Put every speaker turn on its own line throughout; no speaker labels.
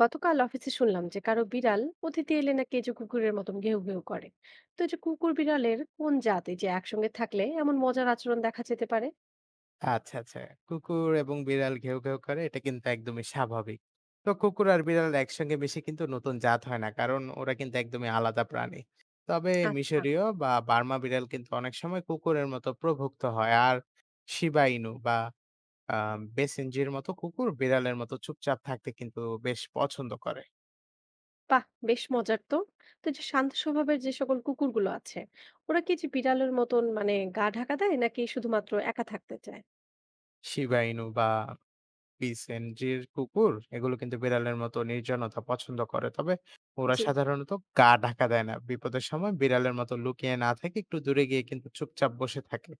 গতকাল অফিসে শুনলাম যে কারো বিড়াল অতিথি এলে নাকি এই যে কুকুরের মতন ঘেউ ঘেউ করে। তো এই যে কুকুর বিড়ালের কোন জাত এই যে একসঙ্গে থাকলে এমন মজার আচরণ দেখা যেতে পারে?
আচ্ছা, আচ্ছা। কুকুর এবং বিড়াল ঘেউ, ঘেউ করে এটা কিন্তু একদমই স্বাভাবিক। তো কুকুর আর বিড়াল একসঙ্গে বেশি কিন্তু নতুন জাত হয় না। কারণ ওরা কিন্তু একদমই আলাদা প্রাণী। তবে
আচ্ছা।
মিশরীয় বা বার্মা বিড়াল কিন্তু অনেক সময় কুকুরের মতো প্রভুক্ত হয়। আর শিবা ইনু বা আ বেসেনজির মতো কুকুর বিড়ালের মতো চুপচাপ থাকতে কিন্তু বেশ পছন্দ করে।
বাহ, বেশ মজার তো। তো এই যে শান্ত স্বভাবের যে সকল কুকুরগুলো আছে, ওরা কি যে বিড়ালের মতন মানে গা ঢাকা দেয় নাকি শুধুমাত্র একা থাকতে চায়?
শিবা ইনু বা পিসেনজির কুকুর এগুলো কিন্তু বিড়ালের মতো নির্জনতা পছন্দ করে, তবে ওরা
জি।
সাধারণত গা ঢাকা দেয় না, বিপদের সময় বিড়ালের মতো লুকিয়ে না থাকে, একটু দূরে গিয়ে কিন্তু চুপচাপ বসে থাকে।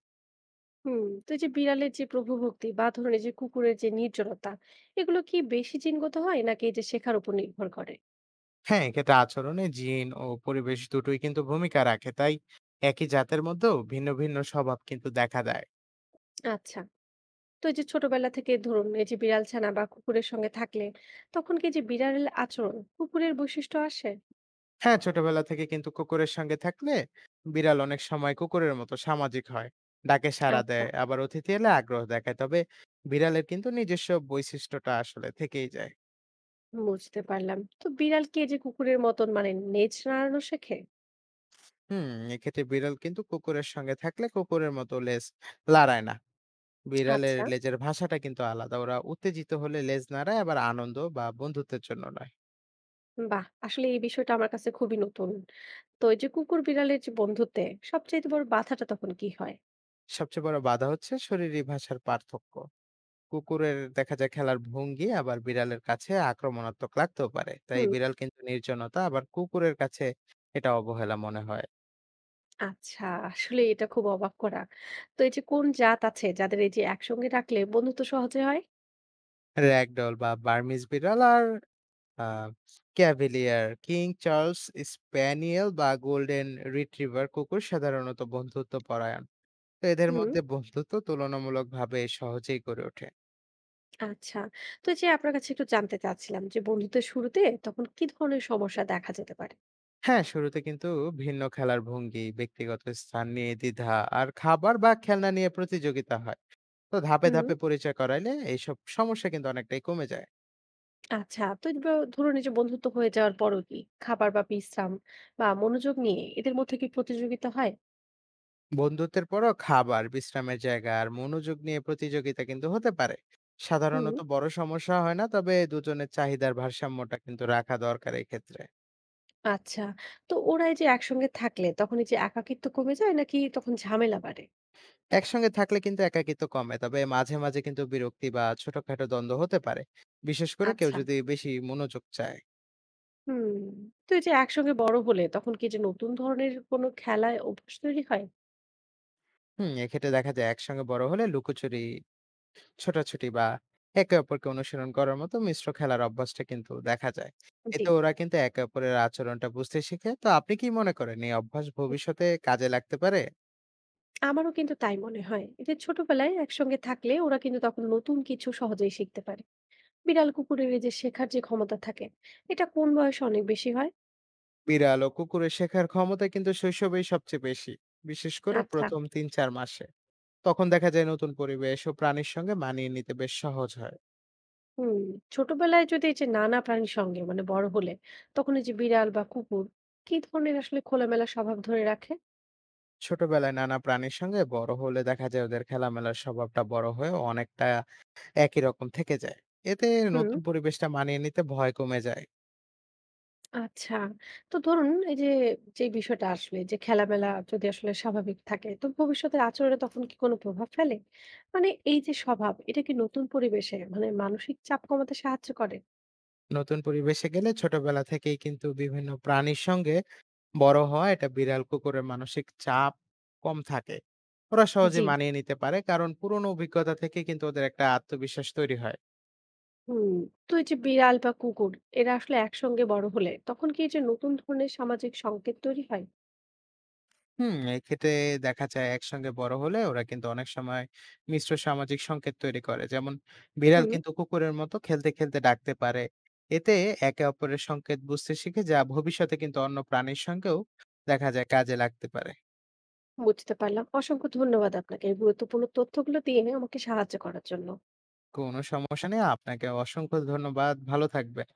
হুম, তো এই যে বিড়ালের যে প্রভুভক্তি বা ধরুন এই যে কুকুরের যে নির্জনতা, এগুলো কি বেশি জিনগত হয় নাকি এই যে শেখার উপর নির্ভর করে?
হ্যাঁ, এক্ষেত্রে আচরণে জিন ও পরিবেশ দুটোই কিন্তু ভূমিকা রাখে, তাই একই জাতের মধ্যেও ভিন্ন ভিন্ন স্বভাব কিন্তু দেখা দেয়।
আচ্ছা। তো এই যে ছোটবেলা থেকে ধরুন এই যে বিড়াল ছানা বা কুকুরের সঙ্গে থাকলে, তখন কি যে বিড়ালের আচরণ কুকুরের বৈশিষ্ট্য আসে?
হ্যাঁ, ছোটবেলা থেকে কিন্তু কুকুরের সঙ্গে থাকলে বিড়াল অনেক সময় কুকুরের মতো সামাজিক হয়, ডাকে সাড়া
আচ্ছা,
দেয়, আবার অতিথি এলে আগ্রহ দেখায়, তবে বিড়ালের কিন্তু নিজস্ব বৈশিষ্ট্যটা আসলে থেকেই যায়।
বুঝতে পারলাম। তো বিড়াল কি এই যে কুকুরের মতন মানে নেজ নাড়ানো শেখে?
হুম, এক্ষেত্রে বিড়াল কিন্তু কুকুরের সঙ্গে থাকলে কুকুরের মতো লেজ লাড়ায় না। বিড়ালের
আচ্ছা।
লেজের ভাষাটা কিন্তু আলাদা, ওরা উত্তেজিত হলে লেজ নাড়ায়, আবার আনন্দ বা বন্ধুত্বের জন্য নয়।
বাহ, আসলে এই বিষয়টা আমার কাছে খুবই নতুন। তো এই যে কুকুর বিড়ালের যে বন্ধুত্বে সবচেয়ে বড় বাধাটা তখন কি হয়?
সবচেয়ে বড় বাধা হচ্ছে শরীরী ভাষার পার্থক্য। কুকুরের দেখা যায় খেলার ভঙ্গি আবার বিড়ালের কাছে আক্রমণাত্মক লাগতেও পারে, তাই
হুম।
বিড়াল কিন্তু নির্জনতা আবার কুকুরের কাছে এটা অবহেলা মনে হয়।
আচ্ছা, আসলে এটা খুব অবাক করা। তো এই যে কোন জাত আছে যাদের এই যে একসঙ্গে রাখলে বন্ধুত্ব সহজে হয়?
র্যাগডল বা বার্মিজ বিড়াল আর আ ক্যাভেলিয়ার, কিং চার্লস স্প্যানিয়েল বা গোল্ডেন রিট্রিভার কুকুর সাধারণত বন্ধুত্বপরায়ণ। তো এদের
হুম।
মধ্যে বন্ধুত্ব তুলনামূলকভাবে সহজেই গড়ে ওঠে।
আচ্ছা। তো এই যে আপনার কাছে একটু জানতে চাচ্ছিলাম যে বন্ধুত্বের শুরুতে তখন কি ধরনের সমস্যা দেখা যেতে পারে?
হ্যাঁ, শুরুতে কিন্তু ভিন্ন খেলার ভঙ্গি, ব্যক্তিগত স্থান নিয়ে দ্বিধা আর খাবার বা খেলনা নিয়ে প্রতিযোগিতা হয়। তো ধাপে,
হুম।
ধাপে পরিচয় করাইলে এইসব সমস্যা কিন্তু অনেকটাই কমে যায়।
আচ্ছা। তো ব ধরুন এই যে বন্ধুত্ব হয়ে যাওয়ার পরও কি খাবার বা বিশ্রাম বা মনোযোগ নিয়ে এদের মধ্যে কি প্রতিযোগিতা হয়?
বন্ধুত্বের পরও খাবার, বিশ্রামের জায়গা আর মনোযোগ নিয়ে প্রতিযোগিতা কিন্তু হতে পারে।
হুম।
সাধারণত বড় সমস্যা হয় না, তবে দুজনের চাহিদার ভারসাম্যটা কিন্তু রাখা দরকার এক্ষেত্রে।
আচ্ছা। তো ওরা এই যে একসঙ্গে থাকলে তখন এই যে একাকিত্ব কমে যায় নাকি তখন ঝামেলা বাড়ে?
একসঙ্গে থাকলে কিন্তু একাকিত্ব কমে, তবে মাঝে, মাঝে কিন্তু বিরক্তি বা ছোটখাটো দ্বন্দ্ব হতে পারে। বিশেষ করে কেউ
আচ্ছা।
যদি বেশি মনোযোগ চায়।
হুম। তো এই যে একসঙ্গে বড় হলে তখন কি যে নতুন ধরনের কোনো খেলায় অভ্যাস তৈরি হয়?
হুম, এক্ষেত্রে দেখা যায় একসঙ্গে বড় হলে লুকোচুরি, ছোটাছুটি বা একে অপরকে অনুসরণ করার মতো মিশ্র খেলার অভ্যাসটা কিন্তু দেখা যায়।
জি।
এতে ওরা কিন্তু একে অপরের আচরণটা বুঝতে শিখে। তো আপনি কি মনে করেন এই অভ্যাস ভবিষ্যতে কাজে লাগতে পারে?
আমারও কিন্তু তাই মনে হয়, এতে ছোটবেলায় একসঙ্গে থাকলে ওরা কিন্তু তখন নতুন কিছু সহজেই শিখতে পারে। বিড়াল কুকুরের এই যে শেখার যে ক্ষমতা থাকে, এটা কোন বয়সে অনেক বেশি হয়?
বিড়াল ও কুকুরের শেখার ক্ষমতা কিন্তু শৈশবেই সবচেয়ে বেশি। বিশেষ করে
আচ্ছা।
প্রথম ৩-৪ মাসে। তখন দেখা যায় নতুন পরিবেশ ও প্রাণীর সঙ্গে মানিয়ে নিতে বেশ সহজ হয়।
হুম, ছোটবেলায় যদি এই যে নানা প্রাণীর সঙ্গে মানে বড় হলে, তখন এই যে বিড়াল বা কুকুর কি ধরনের আসলে খোলামেলা স্বভাব ধরে রাখে?
ছোটবেলায় নানা প্রাণীর সঙ্গে বড় হলে দেখা যায় ওদের খেলামেলার স্বভাবটা বড় হয়েও অনেকটা একই রকম থেকে যায়। এতে
হুম।
নতুন পরিবেশটা মানিয়ে নিতে ভয় কমে যায়।
আচ্ছা। তো ধরুন এই যে, যেই বিষয়টা আসলে যে, খেলামেলা যদি আসলে স্বাভাবিক থাকে, তো ভবিষ্যতের আচরণে তখন কি কোনো প্রভাব ফেলে? মানে এই যে, স্বভাব এটা কি নতুন পরিবেশে মানে মানসিক চাপ কমাতে সাহায্য করে?
নতুন পরিবেশে গেলে ছোটবেলা থেকেই কিন্তু বিভিন্ন প্রাণীর সঙ্গে বড় হওয়া, এটা বিড়াল কুকুরের মানসিক চাপ কম থাকে, ওরা সহজে
জি।
মানিয়ে নিতে পারে, কারণ পুরনো অভিজ্ঞতা থেকে কিন্তু ওদের একটা আত্মবিশ্বাস তৈরি হয়।
হুম। তো এই যে, বিড়াল বা কুকুর এরা আসলে একসঙ্গে বড় হলে তখন কি এই যে, নতুন ধরনের সামাজিক সংকেত তৈরি হয়?
হুম, এক্ষেত্রে দেখা যায় একসঙ্গে বড় হলে ওরা কিন্তু অনেক সময় মিশ্র সামাজিক সংকেত তৈরি করে, যেমন বিড়াল
হুম,
কিন্তু কুকুরের মতো খেলতে খেলতে ডাকতে পারে। এতে একে অপরের সংকেত বুঝতে শিখে, যা ভবিষ্যতে কিন্তু অন্য প্রাণীর সঙ্গেও দেখা যায় কাজে লাগতে পারে।
বুঝতে পারলাম। অসংখ্য ধন্যবাদ আপনাকে এই গুরুত্বপূর্ণ তথ্যগুলো দিয়ে আমাকে সাহায্য করার জন্য।
কোনো সমস্যা নেই। আপনাকে অসংখ্য ধন্যবাদ। ভালো থাকবেন।